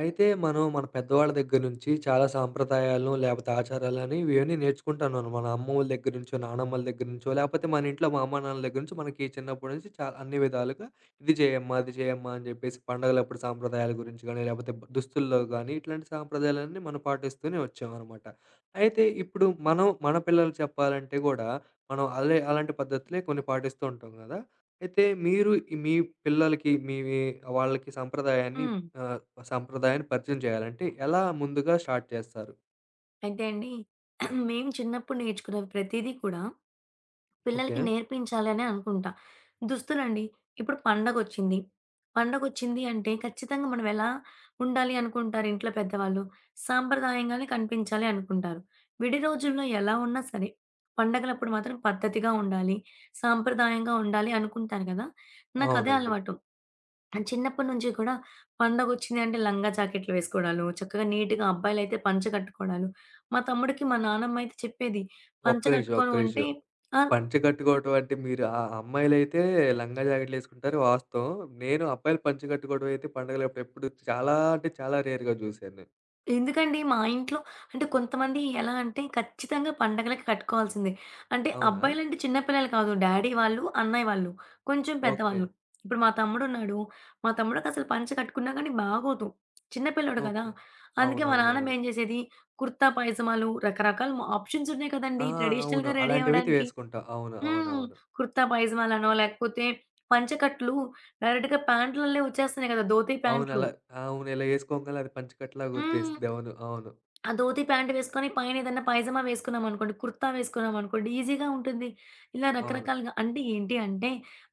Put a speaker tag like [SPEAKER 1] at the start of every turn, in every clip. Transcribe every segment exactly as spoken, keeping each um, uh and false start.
[SPEAKER 1] అయితే మనం మన పెద్దవాళ్ళ దగ్గర నుంచి చాలా సాంప్రదాయాలను లేపోతే ఆచారాలని ఇవన్నీ నేర్చుకుంటాన్నాను. మన అమ్మోళ్ళ దగ్గర నుంచో, నానమ్మల దగ్గర నుంచో, లేపోతే మన ఇంట్లో మా అమ్మ, నాన్నల దగ్గర నుంచి మనకి చిన్నప్పటి నుంచి చాలా అన్ని విధాలుగా ఇది చేయమ్మా, అది చేయమ్మా అని జెప్పేసి పండగలప్పుడు సాంప్రదాయాల గురించి గానీ, లేపోతే బ దుస్తుల్లో గానీ ఇట్లాంటి సాంప్రదాయాలన్నీ మనం పాటిస్తూనే వచ్చామనమాట. అయితే ఇప్పుడు మనం మన పిల్లలకి చెప్పాలంటే గూడా మనం అలే అలాంటి పద్ధతులే కొన్ని పాటిస్తూ ఉంటాం గదా! అయితే మీరు ఈ మీ పిల్లలకి మీ మీ వాళ్ళకి సంప్రదాయాన్ని
[SPEAKER 2] హ్మ్.
[SPEAKER 1] ఆహ్ సంప్రదాయాన్ని పరిచయం చేయాలి. అంటే ఎలా ముందుగా స్టార్ట్ చేస్తారు?
[SPEAKER 2] అయితే అండి మేము చిన్నప్పుడు నేర్చుకునేవి ప్రతీదీ కూడా
[SPEAKER 1] ఓకే.
[SPEAKER 2] పిల్లలకి నేర్పించాలనే అనుకుంటా. దుస్తులండి. ఇప్పుడు పండగొచ్చింది. పండగొచ్చింది అంటే ఖచ్చితంగా మనం ఎలా ఉండాలి అనుకుంటారు ఇంట్లో పెద్దవాళ్ళు? సాంప్రదాయంగానే కనిపించాలి అనుకుంటారు. విడి రోజుల్లో ఎలా ఉన్నా సరే, పండగలప్పుడు మాత్రం పద్ధతిగా ఉండాలి, సాంప్రదాయంగా ఉండాలి అనుకుంటారు కదా! నాకదే
[SPEAKER 1] అవునండి.
[SPEAKER 2] అలవాటు. అండ్ చిన్నప్పటి నుంచి కూడా పండగొచ్చింది అంటే లంగా జాకెట్లు వేసుకోవడాలు, చక్కగా నీట్‌గా అబ్బాయిలైతే పంచ కట్టుకోవడాలు. మా తమ్ముడికి మా నానమ్మ అయితే చెప్పేది,
[SPEAKER 1] ఒక్క
[SPEAKER 2] "పంచ
[SPEAKER 1] నిమిషం, ఒక్క
[SPEAKER 2] కట్టుకోను" అంటే,
[SPEAKER 1] నిమిషం.
[SPEAKER 2] "ఆ!
[SPEAKER 1] పంచ కట్టుకోవడం అంటే మీరు ఆ అమ్మాయిలైతే లంగా జాకెట్‌లేసుకుంటారు వాస్తవం. నేను అబ్బాయిలు పంచ కట్టుకోవడం అయితే పండగలప్పుడు ఎప్పుడు చాలా అంటే చాలా రేర్‌గా చూసాను నేను.
[SPEAKER 2] ఎందుకండి మా ఇంట్లో అంటే కొంతమంది ఎలా అంటే ఖచ్చితంగా పండగలకి కట్టుకోవాల్సిందే. అంటే
[SPEAKER 1] అవునా?
[SPEAKER 2] అబ్బాయిలంటే చిన్న పిల్లలు కాదు. డ్యాడీ వాళ్ళు, అన్నయ్య వాళ్ళు కొంచెం
[SPEAKER 1] ఓకే.
[SPEAKER 2] పెద్దవాళ్ళు. ఇప్పుడు మా తమ్ముడున్నాడు. మా తమ్ముడికసలు పంచ కట్టుకున్నా గానీ బాగోదు. చిన్న పిల్లోడు కదా!
[SPEAKER 1] ఓకే.
[SPEAKER 2] అందుకే మా నాన్నమ్మ
[SPEAKER 1] అవునవునవును.
[SPEAKER 2] ఏం చేసేది కుర్తా పైజమాలు రకరకాల మ ఆప్షన్స్ ఉన్నాయి
[SPEAKER 1] ఆ!
[SPEAKER 2] కదండీ
[SPEAKER 1] అవును.
[SPEAKER 2] ట్రెడిషనల్‌గా రెడీ
[SPEAKER 1] అలాంటివైతే
[SPEAKER 2] అవ్వడానికి.
[SPEAKER 1] వేసుకుంటాం. అవును. అవునవును.
[SPEAKER 2] హ్మ్.
[SPEAKER 1] అవును.
[SPEAKER 2] కుర్తా పైజమాలనో లేకపోతే పంచకట్లు డైరెక్ట్‌గా ప్యాంట్లల్లే వచ్చేస్తున్నాయి కదా! ధోతి
[SPEAKER 1] అవును.
[SPEAKER 2] ప్యాంట్లు.
[SPEAKER 1] అలా అవును. ఇలా ఏసుకోంగానే అది పంచకట్టులాగా
[SPEAKER 2] హ్మ్.
[SPEAKER 1] వచ్చేసిద్ది. అవును. అవును.
[SPEAKER 2] ఆ ధోతి ప్యాంట్ వేసుకొని పైనేదన్నా పైజామా వేసుకున్నామనుకోండి, కుర్తా వేసుకున్నామనుకోండి ఈజీగా ఉంటుంది. ఇలా
[SPEAKER 1] అవును.
[SPEAKER 2] రకరకాలుగా అంటే ఏంటి అంటే,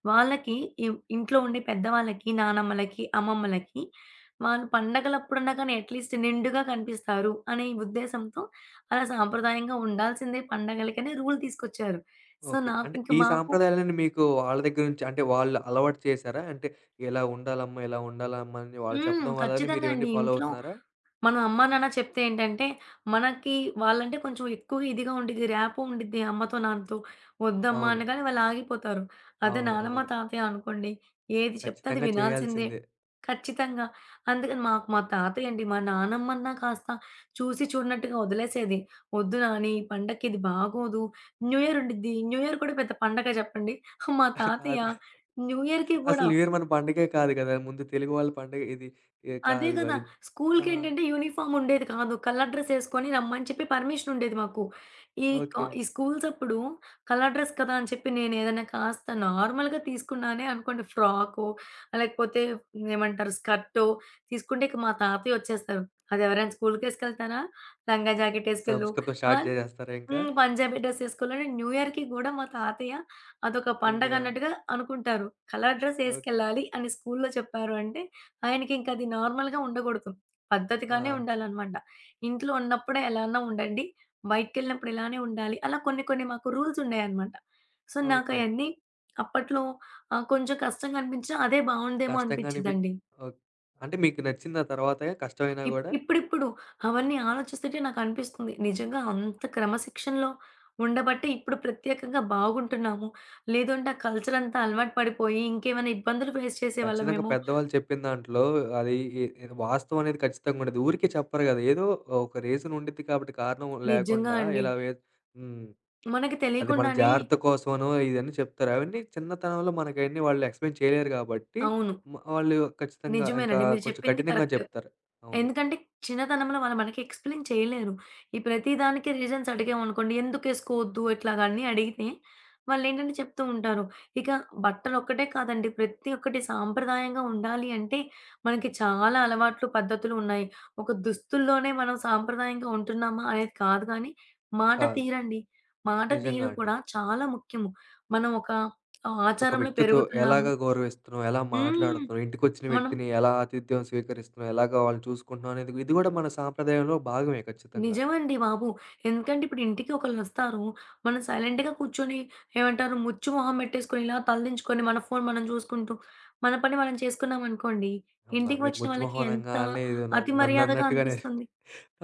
[SPEAKER 2] వాళ్ళకి ఇం ఇంట్లో ఉండే పెద్దవాళ్ళకి, నానమ్మలకి, అమ్మమ్మలకి వాళ్ళు పండగలప్పుడన్నా కానీ అట్‌లీస్ట్ నిండుగా కనిపిస్తారు అనే ఉద్దేశంతో అలా సాంప్రదాయంగా ఉండాల్సిందే పండగలకనే రూల్ తీసుకొచ్చారు. So,
[SPEAKER 1] okay.
[SPEAKER 2] నాకు
[SPEAKER 1] అంటే
[SPEAKER 2] ఇంక
[SPEAKER 1] ఈ
[SPEAKER 2] మాకు
[SPEAKER 1] సాంప్రదాయాలను మీకు వాళ్ళ దగ్గర నుంచి అంటే వాళ్ళు అలవాటు చేశారా? అంటే ఇలా ఉండాలమ్మా, ఇలా ఉండాలమ్మా అని వాళ్ళు
[SPEAKER 2] హ్మ్.
[SPEAKER 1] చెప్పడం వల్లనే మీరు
[SPEAKER 2] ఖచ్చితంగా
[SPEAKER 1] ఇవన్నీ
[SPEAKER 2] అండి.
[SPEAKER 1] ఫాలో
[SPEAKER 2] ఇంట్లో
[SPEAKER 1] అవుతున్నారా?
[SPEAKER 2] మనం అమ్మా, నాన్న చెప్తే ఏంటంటే, మనకి వాళ్ళంటే కొంచెం ఎక్కువగా ఇదిగా ఉండిద్ది. ర్యాపో ఉండిద్ది అమ్మతో, నాన్నతో. వద్దమ్మా
[SPEAKER 1] అవును.
[SPEAKER 2] అనగానే వాళ్ళు ఆగిపోతారు. అదే
[SPEAKER 1] అవును.
[SPEAKER 2] నానమ్మ,
[SPEAKER 1] అవును.
[SPEAKER 2] తాతయ్య అనుకోండి, ఏది చెప్తే అది
[SPEAKER 1] ఖచ్చితంగా
[SPEAKER 2] వినాల్సిందే.
[SPEAKER 1] చేయాల్సిందే.
[SPEAKER 2] ఖచ్చితంగా. అందుకని మాకు మా తాతయ్య అండి, మా నానమ్మన్నా కాస్త చూసి చూడనట్టుగా వదిలేసేది. "వద్దు నాని, ఈ పండక్కి ఇది బాగోదు." న్యూ ఇయర్ ఉండిద్ది. న్యూ ఇయర్ కూడా పెద్ద పండగ చెప్పండి. మా తాతయ్య
[SPEAKER 1] కాదు.
[SPEAKER 2] న్యూ ఇయర్‌కి
[SPEAKER 1] కా- అసలు
[SPEAKER 2] కూడా
[SPEAKER 1] న్యూ ఇయర్ మన పండగే కాదు కదా! ముందు తెలుగు వాళ్ళ పండగ ఇది ఎ
[SPEAKER 2] అదే
[SPEAKER 1] కాదు
[SPEAKER 2] గదా!
[SPEAKER 1] అది. ఆ!
[SPEAKER 2] స్కూలుకేంటంటే యూనిఫార్మ్ ఉండేది కాదు. కలర్ డ్రెస్ ఏసుకొని రమ్మని చెప్పి పర్మిషన్ ఉండేది మాకు. ఈ కా
[SPEAKER 1] ఓకే.
[SPEAKER 2] ఈ స్కూల్స్ అప్పుడు కలర్ డ్రెస్ కదా! అని చెప్పి నేనేదైనా కాస్త నార్మల్‌గా తీసుకున్నానే అనుకోండి ఫ్రాకో లేకపోతే ఏమంటారు స్కర్టో తీసుకుంటే ఇక మా తాతయ్య ఒచ్చేస్తారు. "అదెవరైనా స్కూలుకేసుకెళ్తారా? లంగా జాకెట్ ఏసుకెళ్ళు"
[SPEAKER 1] సంస్కృతం
[SPEAKER 2] ఆ!
[SPEAKER 1] స్టార్ట్ చేసేస్తారా ఇంకా?
[SPEAKER 2] హ్మ్. పంజాబీ డ్రెస్సేసుకోవాలని న్యూ ఇయర్‌కి గూడా మా తాతయ్య అదొక
[SPEAKER 1] అయ్యో!
[SPEAKER 2] పండగన్నట్టుగా అనుకుంటారు. కలర్
[SPEAKER 1] ఓహ్!
[SPEAKER 2] డ్రెస్సేసుకెళ్ళాలి అని స్కూల్‌లో చెప్పారు అంటే, ఆయనకింక అది నార్మల్‌గా ఉండకూడదు.
[SPEAKER 1] ఆ!
[SPEAKER 2] పద్ధతిగానే ఉండాలనమాట. ఇంట్లో ఉన్నప్పుడే ఎలానా ఉండండి. బయటికెళ్ళినప్పుడు ఇలానే ఉండాలి. అలా కొన్ని కొన్ని మాకు రూల్సుండేయన్నమాట. So,
[SPEAKER 1] okay.
[SPEAKER 2] నాకయన్నీ అప్పట్లో ఆహ్, కొంచెం కష్టంగా అనిపించినా అదే బావుందేమో
[SPEAKER 1] కష్టంగా అనిపి
[SPEAKER 2] అనిపిచ్చిద్దండి.
[SPEAKER 1] ఓహ్! అంటే మీకు నచ్చిందా తర్వాత కష్టమైనా
[SPEAKER 2] ఇప్
[SPEAKER 1] గూడా?
[SPEAKER 2] ఇప్పుడిప్పుడు అవన్నీ ఆలోచిస్తుంటే నాకనిపిస్తుంది. నిజంగా అంత క్రమశిక్షణలో ఉండబట్టే ఇప్పుడు ప్రత్యేకంగా బాగుంటున్నాము. లేదంటే ఆ కల్చర్ అంతా అలవాటు పడిపోయి ఇంకేమైనా ఇబ్బందులు ఫేస్
[SPEAKER 1] ఖచ్చితంగా
[SPEAKER 2] చేసేవాళ్ళమేమో.
[SPEAKER 1] పెద్దవాళ్ళు చెప్పిన దాంట్లో అది ఎ ఎ వాస్తవం అనేది ఖచ్చితంగా ఉండదు. ఊరికే చెప్పరు గదా! ఏదో ఒక రీజన్ ఉండిద్ది కాబట్టి కారణం
[SPEAKER 2] నిజంగా
[SPEAKER 1] లేకుండా
[SPEAKER 2] అండి.
[SPEAKER 1] ఇలా వే హ్మ్.
[SPEAKER 2] మనకి
[SPEAKER 1] అది మన
[SPEAKER 2] తెలియకుండానే
[SPEAKER 1] జాగ్రత్త కోసమనో ఇదని చెప్తారు. అవన్నీ చిన్నతనంలో మనకయన్నీ వాళ్ళు ఎక్స్‌ప్లెయిన్ చేయలేరు గాబట్టి
[SPEAKER 2] అవును.
[SPEAKER 1] మ వాళ్ళు ఖచ్చితంగా ఇంకా
[SPEAKER 2] నిజమేనండి. మీరు
[SPEAKER 1] కొంచెం
[SPEAKER 2] చెప్పింది
[SPEAKER 1] కఠినంగా
[SPEAKER 2] కరెక్ట్.
[SPEAKER 1] చెప్తారు. అవును.
[SPEAKER 2] ఎందుకంటే చిన్నతనంలో వాళ్ళు మనకి ఎక్స్‌ప్లెయిన్ చేయలేరు. ఈ ప్రతి దానికి రీజన్స్ అడిగామనుకోండి, ఎందుకేసుకోవద్దు ఇట్లాగన్నీ అడిగితే వాళ్ళేంటంటే చెప్తూ ఉంటారు. ఇక బట్టలొక్కటే కాదండి ప్రతి ఒక్కటి సాంప్రదాయంగా ఉండాలి అంటే మనకి చాలా అలవాట్లు, పద్ధతులు ఉన్నాయి. ఒక దుస్తుల్లోనే మనం సాంప్రదాయంగా ఉంటున్నామా అనేది కాదు కానీ మాట
[SPEAKER 1] కాదు.
[SPEAKER 2] తీరండి. మాట
[SPEAKER 1] నిజంగా
[SPEAKER 2] తీరు
[SPEAKER 1] అండి.
[SPEAKER 2] కూడా చాలా ముఖ్యము. మనం ఒక
[SPEAKER 1] ఒక
[SPEAKER 2] ఆచారంలో
[SPEAKER 1] వ్యక్తితో
[SPEAKER 2] పెరుగుతున్నాము.
[SPEAKER 1] ఎలాగా గౌరవిస్తున్నాం, ఎలా
[SPEAKER 2] హ్మ్.
[SPEAKER 1] మాట్లాడుతున్నాం, ఇంటికొచ్చిన
[SPEAKER 2] మనం
[SPEAKER 1] వ్యక్తిని ఎలా ఆతిథ్యం స్వీకరిస్తున్నాం, ఎలాగా వాళ్ళని చూసుకుంటున్నాం అనేది ఇది గూడా మన సాంప్రదాయంలో భాగమే ఖచ్చితంగా.
[SPEAKER 2] నిజమండి బాబు. ఎందుకంటే ఇప్పుడు ఇంటికి ఒకళ్ళొస్తారు. మనం సైలెంట్‌గా కూర్చొని ఏమంటారు ముచ్చు మొహం పెట్టేసుకొని ఇలా తలదించుకొని మన ఫోన్ మనం చూసుకుంటూ, మన పని మనం చేసుకున్నామనుకోండి.
[SPEAKER 1] అబ్బా!
[SPEAKER 2] ఇంటికి
[SPEAKER 1] మీరు
[SPEAKER 2] వచ్చిన వాళ్ళకి
[SPEAKER 1] ముచ్చిమొహం
[SPEAKER 2] ఎంత
[SPEAKER 1] అనంగాల్నే ఏదో నన్
[SPEAKER 2] అతి మర్యాదగా
[SPEAKER 1] నన్నన్నట్టుగానే
[SPEAKER 2] అనిపిస్తుంది.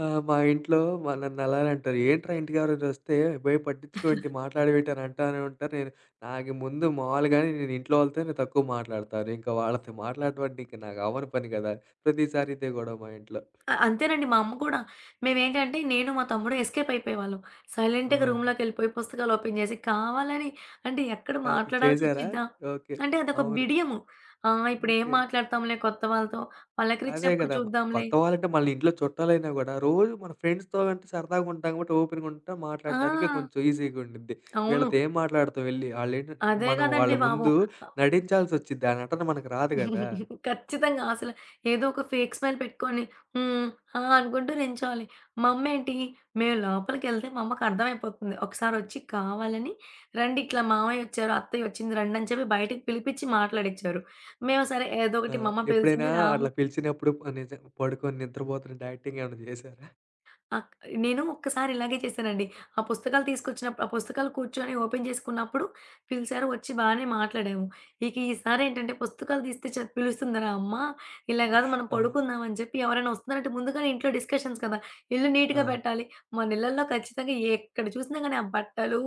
[SPEAKER 1] ఆహ్, మా ఇంట్లో మా నన్నలానే అంటారు. "ఏంట్రా ఇంటికి ఎవరైనా వస్తే పోయి పట్టించుకోవేంటి? మాట్లాడవేంటి?" అని అంటానే ఉంటారు. నేను నాకు ముందు మాములుగానే నేను ఇంట్లో వాళ్ళతోనే తక్కువ మాట్లాడతాను. ఇంకా వాళ్ళతో మాట్లాడటం అంటే ఇంక నాకు అవ్వని పని కదా! ప్రతిసారి ఇదే గొడవ మా ఇంట్లో.
[SPEAKER 2] అ అంతేనండి మా అమ్మ కూడా. మేమేంటంటే నేను మా తమ్ముడు ఎస్కేప్ అయిపోయేవాళ్ళం.
[SPEAKER 1] ఆ!
[SPEAKER 2] సైలెంట్‌గా రూమ్‌లోకెళ్ళిపోయి పుస్తకాలు ఓపెన్ చేసి కావాలని అంటే ఎక్కడ
[SPEAKER 1] కా
[SPEAKER 2] మాట్లాడాల్సి
[SPEAKER 1] చేసారా?
[SPEAKER 2] వచ్చిద్దా?
[SPEAKER 1] ఓకే.
[SPEAKER 2] అంటే అదొక
[SPEAKER 1] అవును.
[SPEAKER 2] బిడియము. ఆ! ఇప్పుడేం
[SPEAKER 1] ఓకే.
[SPEAKER 2] మాట్లాడతాంలే కొత్త వాళ్ళతో.
[SPEAKER 1] అదే
[SPEAKER 2] వాళ్ళకరిచ్చినప్పుడు
[SPEAKER 1] గదా! మ
[SPEAKER 2] చూద్దాంలే.
[SPEAKER 1] కొత్త వాళ్ళంటే మళ్ళీ ఇంట్లో చుట్టాలైనా గూడా రోజు మన ఫ్రెండ్స్‌తో అంటే సరదాగా ఉంటాం కాబట్టి ఓపెన్‌గా ఉంటాం. మాట్లాడడానికి
[SPEAKER 2] ఆ!
[SPEAKER 1] కొంచెం ఈజీగా ఉండిద్ది.
[SPEAKER 2] అవును.
[SPEAKER 1] వీళ్ళతో ఏం మాట్లాడతాం వెళ్లి. ఆళ్ళేంటంటే
[SPEAKER 2] అదే
[SPEAKER 1] మనం వాళ్ళ
[SPEAKER 2] గదండీ బాబు.
[SPEAKER 1] ముందు నటించాల్సొచ్చిద్ది. ఆ నటన మనకు రాదు గదా!
[SPEAKER 2] ఖచ్చితంగా. అసలు ఏదో ఒక ఫేక్ స్మైల్ పెట్టుకొని, హ్మ్. ఆ! అనుకుంటూ నించోవాలి. మా అమ్మేంటి, మేము లోపలికెళ్తే మా అమ్మకి అర్థమైపోతుంది. ఒకసారొచ్చి కావాలని రండి ఇట్లా మామయ్యొచ్చారు, అత్తయ్యొచ్చింది రండని చెప్పి బయటకి పిలిపిచ్చి మాట్లాడిచ్చారు. మేము సరే ఏదో
[SPEAKER 1] ఆ!
[SPEAKER 2] ఒకటి మా అమ్మ
[SPEAKER 1] ఎప్పుడైనా
[SPEAKER 2] పిలిచింది రాము
[SPEAKER 1] అట్లా పిలిచినప్పుడు ఆహ్, నిజ పడుకొని నిద్రపోతున్నట్టు యాక్టింగ్ ఏమైనా జేశారా?
[SPEAKER 2] అక్ నేను ఒక్కసారి ఇలాగే చేశానండి. ఆ పుస్తకాలు తీసుకొచ్చినప్పుడు ఆ పుస్తకాలు కూర్చొని ఓపెన్ చేసుకున్నప్పుడు పిలిచారు. వచ్చి బానే మాట్లాడాము. ఇక ఈసారేంటంటే పుస్తకాలు తీస్తే చ పిలుస్తుందిరా అమ్మ, ఇలా కాదు మనం
[SPEAKER 1] ఆ!
[SPEAKER 2] పడుకుందాం అని చెప్పి ఎవరైనా వస్తున్నారంటే ముందుగానే ఇంట్లో డిస్కషన్స్ కదా! ఇల్లు
[SPEAKER 1] ఆ!
[SPEAKER 2] నీట్‌గా పెట్టాలి. మన ఇళ్లల్లో ఖచ్చితంగా ఎక్కడ చూసినా గాని ఆ బట్టలు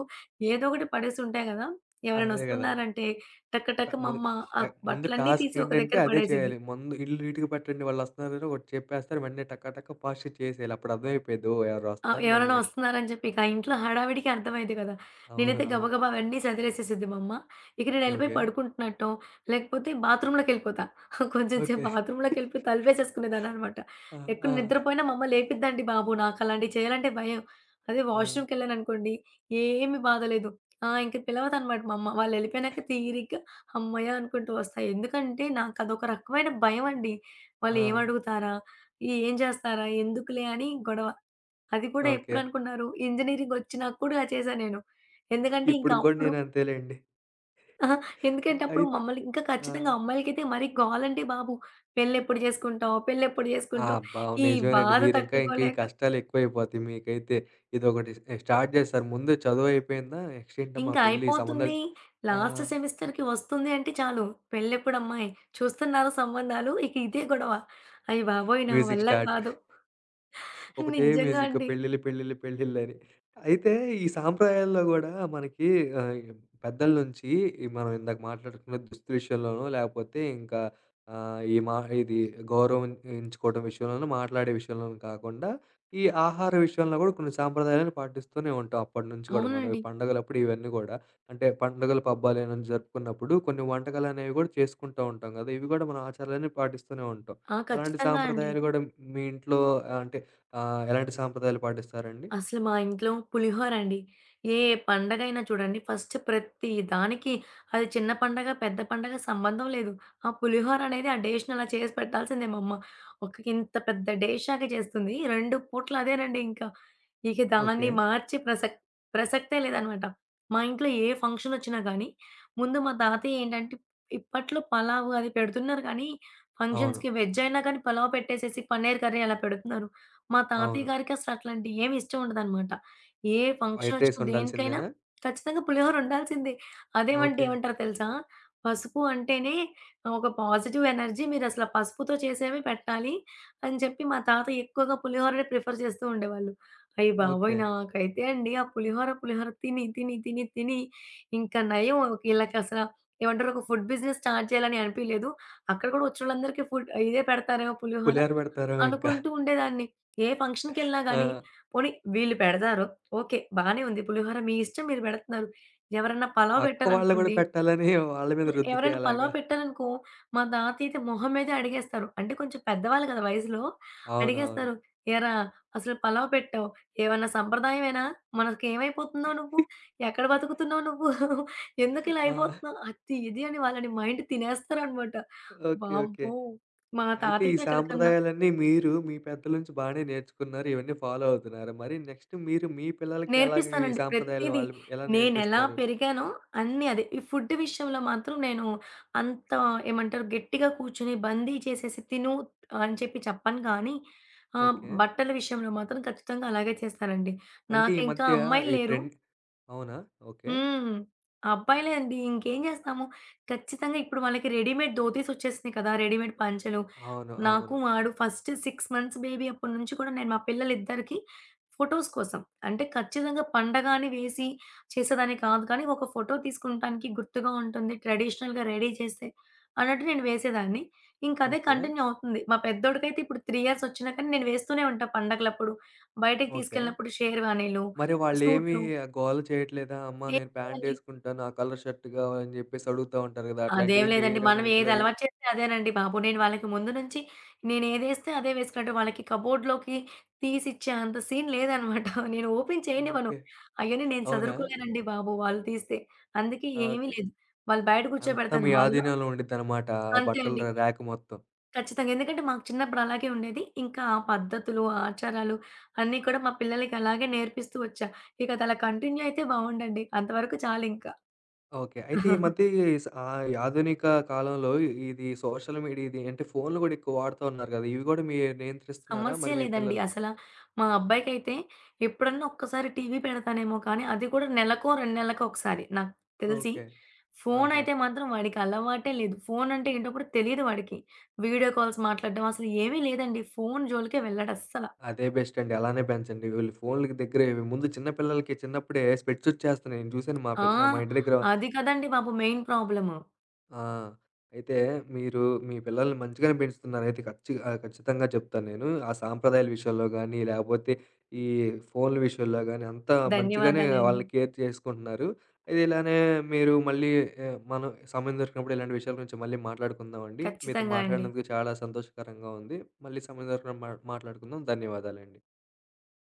[SPEAKER 2] ఏదో ఒకటి పడేసి ఉంటాయి కదా! ఎవరైనా
[SPEAKER 1] అదే గదా!
[SPEAKER 2] వస్తున్నారంటే టక
[SPEAKER 1] క
[SPEAKER 2] టక మా
[SPEAKER 1] మన
[SPEAKER 2] అమ్మ ఆ
[SPEAKER 1] ట ముందు
[SPEAKER 2] బట్టలన్నీ
[SPEAKER 1] టాస్క్
[SPEAKER 2] తీసి ఒక
[SPEAKER 1] ఏంటంటే
[SPEAKER 2] దగ్గర
[SPEAKER 1] అదే
[SPEAKER 2] పడేసిద్ది.
[SPEAKER 1] చేయాలి. ముందు ఇల్లు నీట్‌గా పెట్టండి. వాళ్ళొస్తున్నారని ఒకటి చెప్పేస్తారు. వెంటనే టక టక ఫాస్ట్‌గా చేసేయాలి. అప్పుడు అర్థమైపోయిద్ది. ఓహ్! ఎవరో
[SPEAKER 2] ఆ!
[SPEAKER 1] వస్తున్నారు. మనం
[SPEAKER 2] ఎవరైనా
[SPEAKER 1] నెక్స్ట్
[SPEAKER 2] వస్తున్నారని చెప్పి ఇక ఇంట్లో హడావిడికి అర్థమైద్ది కదా!
[SPEAKER 1] అవును.
[SPEAKER 2] నేనైతే
[SPEAKER 1] అవును.
[SPEAKER 2] గబగబా అవన్నీ సదిరేసేసిద్ది మా అమ్మ. ఇక నేనెళ్ళిపోయి
[SPEAKER 1] ఓకే.
[SPEAKER 2] పడుకుంటున్నట్టో, లేకపోతే బాత్రూమ్‌లోకెళ్ళిపోతా. కొంచెం సేపు
[SPEAKER 1] ఓకే.
[SPEAKER 2] బాత్రూమ్‌లోకెళ్ళిపోయి తలుపేసేసుకునేదాన్ననమాట.
[SPEAKER 1] ఆ! ఆ!
[SPEAKER 2] ఎక్కువ నిద్రపోయినా మా అమ్మ లేపిద్దండి బాబు. నాకలాంటివి చేయాలంటే భయం. అదే
[SPEAKER 1] ఆ!
[SPEAKER 2] వాష్‌రూమ్‌కెళ్ళాననుకోండి, ఏమి బాధ లేదు. ఆ! ఇంక పిలవదనమాట మా అమ్మ. వాళ్ళెళ్ళిపోయినాక తీరిగ్గా హమ్మయ్య! అనుకుంటూ వస్తా. ఎందుకంటే నాకదొక రకమైన భయమండి.
[SPEAKER 1] ఆ!
[SPEAKER 2] వాళ్ళేమడుగుతారా? ఏం చేస్తారా? ఎందుకులే అని గొడవ. అది కూడా
[SPEAKER 1] ఓకే.
[SPEAKER 2] ఎప్పుడనుకున్నారు? ఇంజినీరింగ్ వచ్చినాక కూడా చేశా నేను. ఎందుకంటే ఇంకా
[SPEAKER 1] ఇప్పటికి గూడా
[SPEAKER 2] అప్పుడు
[SPEAKER 1] నేనంతేలెండి.
[SPEAKER 2] అహా!
[SPEAKER 1] అయ్
[SPEAKER 2] ఎందుకంటే
[SPEAKER 1] అయి
[SPEAKER 2] అప్పుడు మమ్మల్ని ఇంకా
[SPEAKER 1] ఆ!
[SPEAKER 2] ఖచ్చితంగా అమ్మాయిలకైతే మరీ గోలండి బాబు. పెళ్లెప్పుడు చేసుకుంటావు? పెళ్లెప్పుడు
[SPEAKER 1] ఆ!
[SPEAKER 2] చేసుకుంటావు?
[SPEAKER 1] అబ్బా! అవును,
[SPEAKER 2] ఈ
[SPEAKER 1] నిజమేనండి.
[SPEAKER 2] బాధ
[SPEAKER 1] మీరింకా ఇంక ఈ
[SPEAKER 2] తట్టుకోలేక
[SPEAKER 1] కష్టాలెక్కువైపోతాయి మీకైతే. ఇదొకటి ఎ స్టార్ట్ జేశారు. ముందు చదువయిపోయిందా? నెక్స్ట్ ఏంటో మా
[SPEAKER 2] ఇంకా
[SPEAKER 1] పెళ్లి సంబంధాలు
[SPEAKER 2] అయిపోతుంది.
[SPEAKER 1] ఆ!
[SPEAKER 2] లాస్ట్ సెమిస్టర్‌కి వస్తుంది అంటే చాలు పెళ్లెప్పుడు అమ్మాయి? చూస్తున్నారా సంబంధాలు? ఇక ఇదే గొడవ. అయ్య బాబోయ్! నా
[SPEAKER 1] మ్యూజిక్
[SPEAKER 2] వల్ల
[SPEAKER 1] స్టార్ట్.
[SPEAKER 2] కాదు.
[SPEAKER 1] ఒకటే
[SPEAKER 2] నిజంగా
[SPEAKER 1] మ్యూజిక్
[SPEAKER 2] అండి.
[SPEAKER 1] పెళ్ళిళ్ళు, పెళ్ళిళ్ళు, పెళ్ళిళ్ళని. అయితే ఈ సాంప్రదాయాల్లో గూడా మనకి ఆహ్, పెద్దల నుంచి ఈ మనం ఇందాక మాట్లాడుకున్న దుస్తుల విషయంలోనో, లేపోతే ఇంకా ఆహ్, ఈ మా ఇది గౌరవం ఎంచుకోవడం విషయంలోనూ, మాట్లాడే విషయంలోనూ కాకుండా, ఈ ఆహార విషయంలో గూడా కొన్ని సాంప్రదాయాలను పాటిస్తూనే ఉంటాం అప్పటినుంచి గూడా మనం. ఈ
[SPEAKER 2] అవునండి.
[SPEAKER 1] పండగలప్పుడు ఇవన్నీ గూడా. అంటే పండుగలు, పబ్బాలు ఏమైనా జరుపుకున్నప్పుడు కొన్ని వంటకాలనేవి గూడా చేసుకుంటూ ఉంటాం గదా! ఇవి గూడా మన ఆచారాలన్నీ పాటిస్తూనే ఉంటాం.
[SPEAKER 2] ఆ!
[SPEAKER 1] అలాంటి
[SPEAKER 2] ఖచ్చితంగా అండి.
[SPEAKER 1] సాంప్రదాయాలు గూడా మీ ఇంట్లో అంటే ఆ! ఎలాంటి సాంప్రదాయాలు పాటిస్తారండి?
[SPEAKER 2] అసలు మా ఇంట్లో పులిహోరండి. ఏ పండగైనా చూడండి ఫస్ట్ ప్రతి దానికి అది చిన్న పండగ, పెద్ద పండగ సంబంధం లేదు. ఆ పులిహోరనేది ఆ డేష్‌నలా చేసి పెట్టాల్సిందే మా అమ్మ. ఒక ఇంత పెద్ద డేషాగా చేస్తుంది. రెండు పూటలు అదేనండి ఇంకా. ఇక
[SPEAKER 1] ఓకే.
[SPEAKER 2] దాన్ని మార్చే ప్రసక్ ప్రసక్తే లేదనమాట. మా ఇంట్లో ఏ ఫంక్షనొచ్చినా గానీ, ముందు మా తాతయ్య ఏంటంటే ఇప్పట్లో పలావు అది పెడుతున్నారు కానీ,
[SPEAKER 1] అవును.
[SPEAKER 2] ఫంక్షన్స్‌కి వెజ్ అయినా కానీ పలావ్ పెట్టేసేసి పన్నీర్ కర్రీ అలా పెడుతున్నారు. మా తాతయ్య
[SPEAKER 1] అవును.
[SPEAKER 2] గారికి అసలు అట్లాంటియి ఏమి ఇష్టం ఉండదనమాట. ఏ ఫంక్షన్
[SPEAKER 1] వైట్ రైస్
[SPEAKER 2] వచ్చినా దేనికైనా
[SPEAKER 1] వండాల్సిందేనా?
[SPEAKER 2] ఖచ్చితంగా పులిహోర ఉండాల్సిందే. అదేమంటే
[SPEAKER 1] ఓకే.
[SPEAKER 2] ఏమంటారో తెలుసా? పసుపు అంటేనే ఒక పాజిటివ్ ఎనర్జీ. మీరసల పసుపుతో చేసేవి పెట్టాలి అని చెప్పి మా తాతయ్య ఎక్కువగా పులిహోరనే ప్రిఫర్ చేస్తూ ఉండేవాళ్ళు. అయ్య బాబోయ్!
[SPEAKER 1] ఓకే.
[SPEAKER 2] నాకైతే అండి ఆ పులిహోర, పులిహోర తిని, తిని, తిని, తిని ఇంక నయం ఈళ్ళకసల ఏమంటారు ఒక ఫుడ్ బిజినెస్ స్టార్ట్ చేయాలని అనిపియలేదు. అక్కడ కూడా వచ్చినోళ్ళందరికీ ఫుడ్ ఇదే పెడతారేమో పులిహోర
[SPEAKER 1] పులిహోర పెడతారా ఇంకా?
[SPEAKER 2] అనుకుంటూ ఉండేదాన్ని. ఏ ఫంక్షన్‌కెళ్ళినా గాని,
[SPEAKER 1] ఆ!
[SPEAKER 2] పోనీ వీళ్ళు పెడతారు. ఓకే. బానే ఉంది. పులిహోర మీ ఇష్టం మీరు పెడుతున్నారు. ఎవరన్నా పలావ్
[SPEAKER 1] పక్క వాళ్ళు గూడా
[SPEAKER 2] పెట్టారనుకోండి
[SPEAKER 1] పెట్టాలని వాళ్ళ మీద
[SPEAKER 2] హ్మ్.
[SPEAKER 1] రుద్దితే
[SPEAKER 2] ఎవరైనా పలావ్
[SPEAKER 1] ఎలాగా?
[SPEAKER 2] పెట్టారనుకో, మా తాత అయితే మొహం మీదే అడిగేస్తారు. అంటే కొంచెం పెద్దవాళ్ళు కదా! వయసులో.
[SPEAKER 1] అవునవును.
[SPEAKER 2] అడిగేస్తారు. "ఏరా అసలు పలావ్ పెట్టావు. ఏమన్నా సంప్రదాయమేనా? మనకేమైపోతున్నావు నువ్వు? ఎక్కడ బతుకుతున్నావు నువ్వు? ఎందుకిలా
[SPEAKER 1] ఆ!
[SPEAKER 2] అయిపోతున్నావు?" అది, ఇది అని వాళ్ళని మైండ్ తినేస్తారనమాట.
[SPEAKER 1] ఓకే. ఓకే.
[SPEAKER 2] వామ్మో! మా
[SPEAKER 1] అయితే ఈ
[SPEAKER 2] తాతయ్యకైతే ఎక్కడికన్నా
[SPEAKER 1] సాంప్రదాయాలన్నీ మీరు మీ పెద్దల నుంచి బానే నేర్చుకున్నారు. ఇవన్నీ ఫాలో అవుతున్నారు. మరి నెక్స్ట్ మీరు మీ పిల్లలకి ఎలాగ ఈ
[SPEAKER 2] నేర్పిస్తానండి.
[SPEAKER 1] సాంప్రదాయాలు
[SPEAKER 2] ప్రతీదీ.
[SPEAKER 1] వాళ్ళు ఎలా
[SPEAKER 2] నేనెలా
[SPEAKER 1] నేర్పిస్తారు?
[SPEAKER 2] పెరిగానో అన్నీ అదే. ఈ ఫుడ్ విషయంలో మాత్రం నేను అంత ఏమంటారు గట్టిగా కూర్చొని బందీ చేసేసి తిను అని చెప్పి చెప్పను కానీ, ఆహ్,
[SPEAKER 1] ఓకే.
[SPEAKER 2] బట్టల విషయంలో మాత్రం ఖచ్చితంగా అలాగే చేస్తానండి.
[SPEAKER 1] అంటే ఈ
[SPEAKER 2] నాకింకా
[SPEAKER 1] మధ్య
[SPEAKER 2] అమ్మాయిలు
[SPEAKER 1] ఈ
[SPEAKER 2] లేరు.
[SPEAKER 1] ట్రెండ్ అవునా? ఓకే.
[SPEAKER 2] హ్మ్. అబ్బాయిలే అండి. ఇంకేం జేస్తాము? ఖచ్చితంగా ఇప్పుడు వాళ్ళకి రెడీమేడ్ ధోతీస్ వచ్చేసినాయి కదా! రెడీమేడ్ పంచెలు.
[SPEAKER 1] అవును.
[SPEAKER 2] నాకు
[SPEAKER 1] అవును.
[SPEAKER 2] వాడు ఫస్ట్ ఆరు మంత్స్ బేబీ అప్పటి నుంచి కూడా నేను మా పిల్లలిద్దరికీ ఫోటోస్ కోసం అంటే ఖచ్చితంగా పండగ అని వేసి చేసేదాన్ని కాదు కానీ, ఒక ఫోటో తీసుకుంటానికి గుర్తుగా ఉంటుంది. ట్రెడిషనల్‌గా రెడీ చేస్తే అన్నట్టు నేను వేసేదాన్ని. ఇంక అదే
[SPEAKER 1] ఓకే.
[SPEAKER 2] కంటిన్యూ అవుతుంది. మా పెద్దోడికైతే ఇప్పుడు మూడు ఇయర్స్ వచ్చినా కానీ నేను వేస్తూనే ఉంటా పండగలప్పుడు. బయటకి
[SPEAKER 1] ఓకే.
[SPEAKER 2] తీసుకెళ్ళినప్పుడు షేర్వానీలు,
[SPEAKER 1] మరి వాళ్ళేమి
[SPEAKER 2] సూట్లు.
[SPEAKER 1] గోల చేయట్లేదా? అమ్మా నేను ప్యాంటేసుకుంటాను. ఆ కలర్ షర్ట్ గావాలని జెప్పేసి అడుగుతా ఉంటారు గదా!
[SPEAKER 2] అదేం
[SPEAKER 1] అట్లాంటియేం
[SPEAKER 2] లేదండి.
[SPEAKER 1] చేయరా మీ
[SPEAKER 2] మనం ఏది
[SPEAKER 1] పిల్లలు?
[SPEAKER 2] అలవాటు చేస్తే అదేనండి బాబు. నేను వాళ్ళకి ముందు నుంచి నేనేదేస్తే అదే వేసుకునేట్టు వాళ్ళకి కబోర్డ్‌లోకి తీసిచ్చే అంత సీన్ లేదనమాట. నేను ఓపెన్ చేయనివ్వను.
[SPEAKER 1] ఓకే.
[SPEAKER 2] అయ్యని నేను
[SPEAKER 1] అవునా?
[SPEAKER 2] చదురుకోలేనండి బాబు వాళ్ళు తీస్తే. అందుకే ఏమీ
[SPEAKER 1] ఓకే.
[SPEAKER 2] లేదు. వాళ్ళు బయట
[SPEAKER 1] అంతా
[SPEAKER 2] కూర్చోబెడతాను
[SPEAKER 1] మీ
[SPEAKER 2] హాల్‌లో.
[SPEAKER 1] ఆధీనంలో ఉండిద్దనమాట. ఆ
[SPEAKER 2] అంతే
[SPEAKER 1] బట్టల
[SPEAKER 2] అండి.
[SPEAKER 1] ర ర్యాక్ మొత్తం.
[SPEAKER 2] ఖచ్చితంగా. ఎందుకంటే మాకు చిన్నప్పుడు అలాగే ఉండేది. ఇంకా ఆ పద్ధతులు, ఆచారాలు అన్నీ కూడా మా పిల్లలకి అలాగే నేర్పిస్తూ వచ్చా. ఇక అది అలా కంటిన్యూ అయితే బావుండండి. అంతవరకు చాలింకా.
[SPEAKER 1] ఓకే. అయితే ఈ మధ్య ఈ స్ ఆహ్, ఈ ఆధునిక కాలంలో ఇది సోషల్ మీడియా ఇది అంటే ఫోన్‌లు గూడా ఎక్కువ వాడుతా ఉన్నారు గదా! ఇవి గూడా మీరు నియంత్రిస్తున్నారా
[SPEAKER 2] సమస్య
[SPEAKER 1] మరి మీ
[SPEAKER 2] లేదండి.
[SPEAKER 1] పిల్లలు?
[SPEAKER 2] అసల మా అబ్బాయికైతే ఎప్పుడన్నా ఒక్కసారి టీవీ పెడతానేమో కానీ, అది కూడా నెలకో, రెండు నెలలకో ఒకసారి. నాకు తెలిసి
[SPEAKER 1] ఓకే. ఆహా!
[SPEAKER 2] ఫోనయితే మాత్రం వాడికి అలవాటే లేదు. ఫోనంటే ఏంటో కూడా తెలీదు వాడికి. వీడియో కాల్స్ మాట్లాడడం అసలు ఏమీ లేదండి. ఫోను జోలికే వెళ్ళడస్సల.
[SPEAKER 1] అదే బెస్ట్ అండి. అలానే పెంచండి. వీళ్ళు ఫోన్‌లకి దగ్గర ఇవి ముందు చిన్న పిల్లలకి చిన్నప్పుడే స్పెట్స్ వచ్చేస్తున్నాయి. నేను చూసాను మా
[SPEAKER 2] ఆ!
[SPEAKER 1] పిల్ల మా ఇంటి దగ్గర
[SPEAKER 2] అది కదండీ బాబు మెయిన్ ప్రాబ్లము.
[SPEAKER 1] ఆ! అయితే మీరు మీ పిల్లల్ని మంచిగానే పెంచుతున్నారయితే ఖచ్చి ఆహ్, ఖచ్చితంగా చెప్తాను నేను. ఆ సాంప్రదాయాల విషయంలో గానీ, లేపోతే ఈ ఫోన్‌ల విషయంలో గానీ, అంతా మంచిగానే
[SPEAKER 2] ధన్యవాదాలండి.
[SPEAKER 1] వాళ్ళని కేర్ చేసుకుంటున్నారు. అయితే ఇలానే మీరు మళ్ళీ ఆహ్, మనం సమయం దొరికినప్పుడు ఇలాంటి విషయాల గురించి మళ్ళీ మాట్లాడుకుందామండి. మీతో
[SPEAKER 2] ఖచ్చితంగా అండి.
[SPEAKER 1] మాట్లాడినందుకు చాలా సంతోషకరంగా ఉంది. మళ్ళీ సమయం దొరికినప్పుడు మా మాట్లాడుకుందాం. ధన్యవాదాలండి.